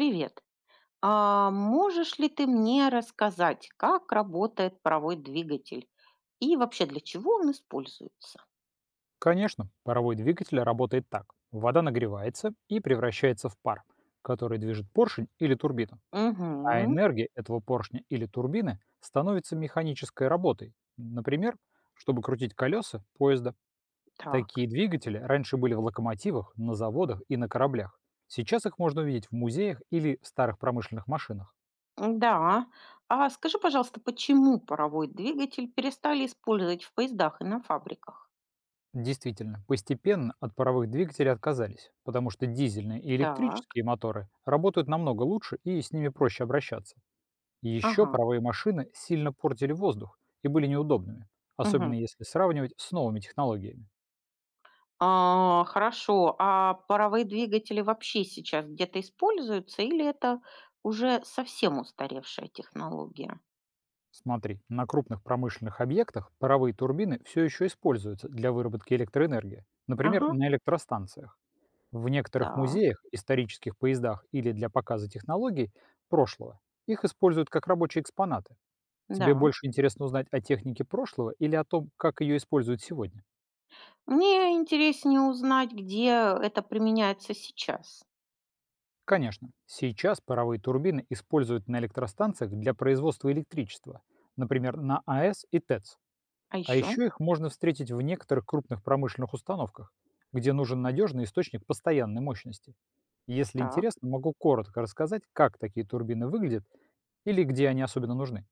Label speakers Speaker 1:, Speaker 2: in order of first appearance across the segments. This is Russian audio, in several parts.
Speaker 1: Привет. А можешь ли ты мне рассказать, как работает паровой двигатель и вообще для чего он используется?
Speaker 2: Конечно, паровой двигатель работает так. Вода нагревается и превращается в пар, который движет поршень или турбину. А
Speaker 1: Угу,
Speaker 2: энергия этого поршня или турбины становится механической работой. Например, чтобы крутить колеса поезда.
Speaker 1: так.
Speaker 2: Такие двигатели раньше были в локомотивах, на заводах и на кораблях. Сейчас их можно увидеть в музеях или в старых промышленных машинах.
Speaker 1: Да. А скажи, пожалуйста, почему паровой двигатель перестали использовать в поездах и на фабриках?
Speaker 2: Действительно, постепенно от паровых двигателей отказались, потому что дизельные и
Speaker 1: Так.
Speaker 2: электрические моторы работают намного лучше и с ними проще обращаться. И еще
Speaker 1: Ага.
Speaker 2: паровые машины сильно портили воздух и были неудобными, особенно
Speaker 1: Угу.
Speaker 2: если сравнивать с новыми технологиями.
Speaker 1: А, хорошо. А паровые двигатели вообще сейчас где-то используются или это уже совсем устаревшая технология?
Speaker 2: Смотри, на крупных промышленных объектах паровые турбины все еще используются для выработки электроэнергии, например,
Speaker 1: Ага.
Speaker 2: на электростанциях. В некоторых
Speaker 1: Так.
Speaker 2: музеях, исторических поездах или для показа технологий прошлого их используют как рабочие экспонаты. Тебе
Speaker 1: Да.
Speaker 2: больше интересно узнать о технике прошлого или о том, как ее используют сегодня?
Speaker 1: Мне интереснее узнать, где это применяется сейчас.
Speaker 2: Конечно, сейчас паровые турбины используют на электростанциях для производства электричества, например, на АЭС и ТЭЦ.
Speaker 1: А
Speaker 2: А
Speaker 1: еще?
Speaker 2: еще их можно встретить в некоторых крупных промышленных установках, где нужен надежный источник постоянной мощности. Если
Speaker 1: Так,
Speaker 2: интересно, могу коротко рассказать, как такие турбины выглядят или где они особенно нужны.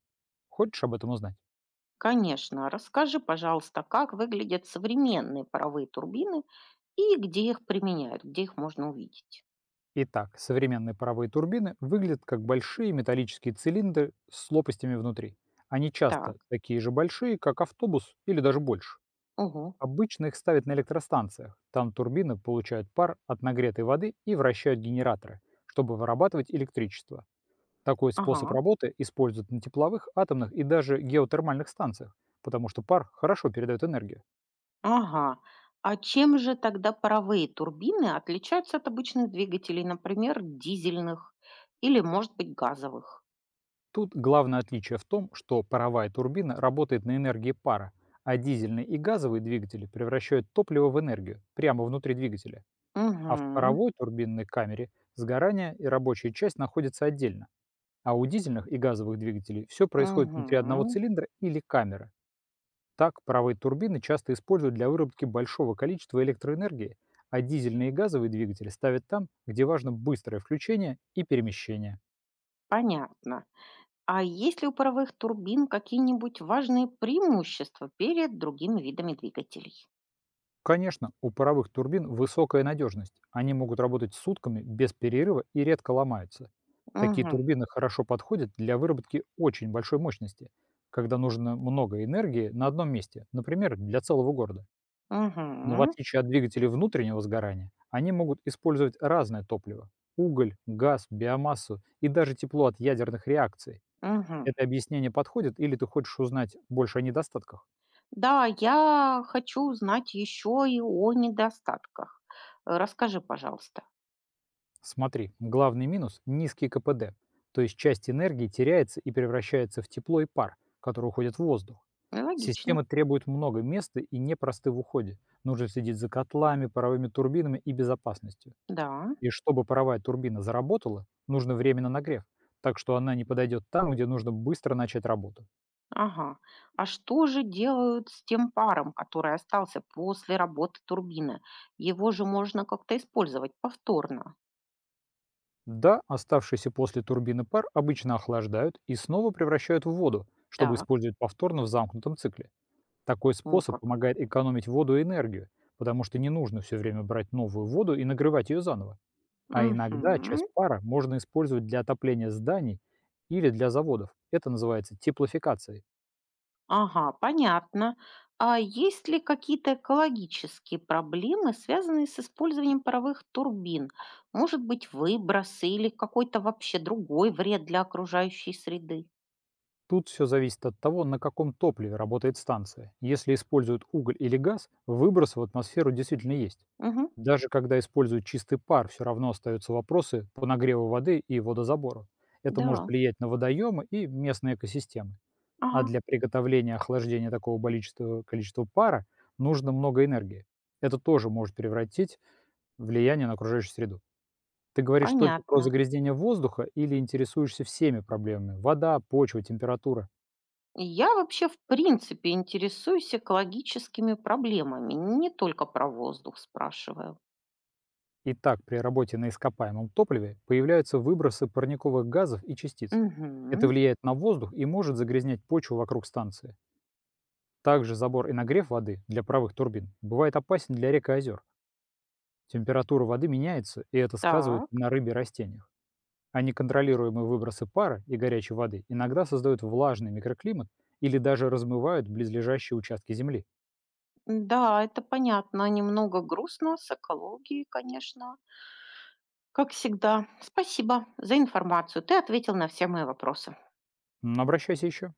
Speaker 2: Хочешь об этом узнать?
Speaker 1: конечно. Расскажи, пожалуйста, как выглядят современные паровые турбины и где их применяют, где их можно увидеть.
Speaker 2: Итак, современные паровые турбины выглядят как большие металлические цилиндры с лопастями внутри. Они
Speaker 1: Так,
Speaker 2: часто такие же большие, как автобус или даже больше.
Speaker 1: угу,
Speaker 2: Обычно их ставят на электростанциях. Там турбины получают пар от нагретой воды и вращают генераторы, чтобы вырабатывать электричество. Такой способ
Speaker 1: ага,
Speaker 2: работы используют на тепловых, атомных и даже геотермальных станциях, потому что пар хорошо передает энергию.
Speaker 1: ага. А чем же тогда паровые турбины отличаются от обычных двигателей, например, дизельных или, может быть, газовых?
Speaker 2: Тут главное отличие в том, что паровая турбина работает на энергии пара, а дизельные и газовые двигатели превращают топливо в энергию прямо внутри двигателя. А в
Speaker 1: Угу,
Speaker 2: паровой турбинной камере сгорание и рабочая часть находятся отдельно. А у дизельных и газовых двигателей все происходит внутри одного
Speaker 1: угу,
Speaker 2: цилиндра или камеры. Так паровые турбины часто используют для выработки большого количества электроэнергии, а дизельные и газовые двигатели ставят там, где важно быстрое включение и перемещение.
Speaker 1: понятно. А есть ли у паровых турбин какие-нибудь важные преимущества перед другими видами двигателей?
Speaker 2: Конечно, у паровых турбин высокая надежность. Они могут работать сутками без перерыва и редко ломаются. Такие
Speaker 1: Мгм.
Speaker 2: турбины хорошо подходят для выработки очень большой мощности, когда нужно много энергии на одном месте, например, для целого города. Но в
Speaker 1: Мгм.
Speaker 2: отличие от двигателей внутреннего сгорания, они могут использовать разное топливо– уголь, газ, биомассу и даже тепло от ядерных реакций.
Speaker 1: Мгм.
Speaker 2: Это объяснение подходит или ты хочешь узнать больше о недостатках?
Speaker 1: Да, я хочу узнать еще и о недостатках. Расскажи, пожалуйста.
Speaker 2: Смотри, главный минус– низкий КПД, то есть часть энергии теряется и превращается в тепло и пар, который уходит в воздух.
Speaker 1: Логично.
Speaker 2: Системы требуют много места и непросты в уходе. Нужно следить за котлами, паровыми турбинами и безопасностью.
Speaker 1: Да.
Speaker 2: И чтобы паровая турбина заработала, нужно время на нагрев, так что она не подойдет там, где нужно быстро начать работу.
Speaker 1: Ага. А что же делают с тем паром, который остался после работы турбины? Его же можно как-то использовать повторно.
Speaker 2: Да, оставшийся после турбины пар обычно охлаждают и снова превращают в воду, чтобы
Speaker 1: Так.
Speaker 2: использовать повторно в замкнутом цикле. Такой
Speaker 1: О,
Speaker 2: способ
Speaker 1: как.
Speaker 2: помогает экономить воду и энергию, потому что не нужно все время брать новую воду и нагревать ее заново. А
Speaker 1: Угу.
Speaker 2: иногда часть пара можно использовать для отопления зданий или для заводов. Это называется теплофикацией.
Speaker 1: Ага, понятно. А есть ли какие-то экологические проблемы, связанные с использованием паровых турбин? Может быть, выбросы или какой-то вообще другой вред для окружающей среды?
Speaker 2: Тут все зависит от того, на каком топливе работает станция. Если используют уголь или газ, выброс в атмосферу действительно есть.
Speaker 1: Угу,
Speaker 2: Даже когда используют чистый пар, все равно остаются вопросы по нагреву воды и водозабору. Это может
Speaker 1: да,
Speaker 2: влиять на водоемы и местные экосистемы. А
Speaker 1: ага,
Speaker 2: для приготовления охлаждения такого количества пара нужно много энергии. Это тоже может превратить влияние на окружающую среду. Ты говоришь только про
Speaker 1: понятно.
Speaker 2: загрязнение воздуха или интересуешься всеми проблемами? Вода, почва, температура?
Speaker 1: Я вообще, в принципе, интересуюсь экологическими проблемами, не только про воздух спрашиваю.
Speaker 2: Итак, при работе на ископаемом топливе появляются выбросы парниковых газов и частиц. Это
Speaker 1: Угу,
Speaker 2: влияет на воздух и может загрязнять почву вокруг станции. Также забор и нагрев воды для правых турбин бывает опасен для рек и озер. Температура воды меняется, и это сказывает
Speaker 1: так.
Speaker 2: на рыбе и растениях. А неконтролируемые выбросы пара и горячей воды иногда создают влажный микроклимат или даже размывают близлежащие участки земли.
Speaker 1: Да, это понятно. Немного грустно с экологией, конечно. Как всегда, спасибо за информацию. Ты ответил на все мои вопросы.
Speaker 2: Обращайся еще.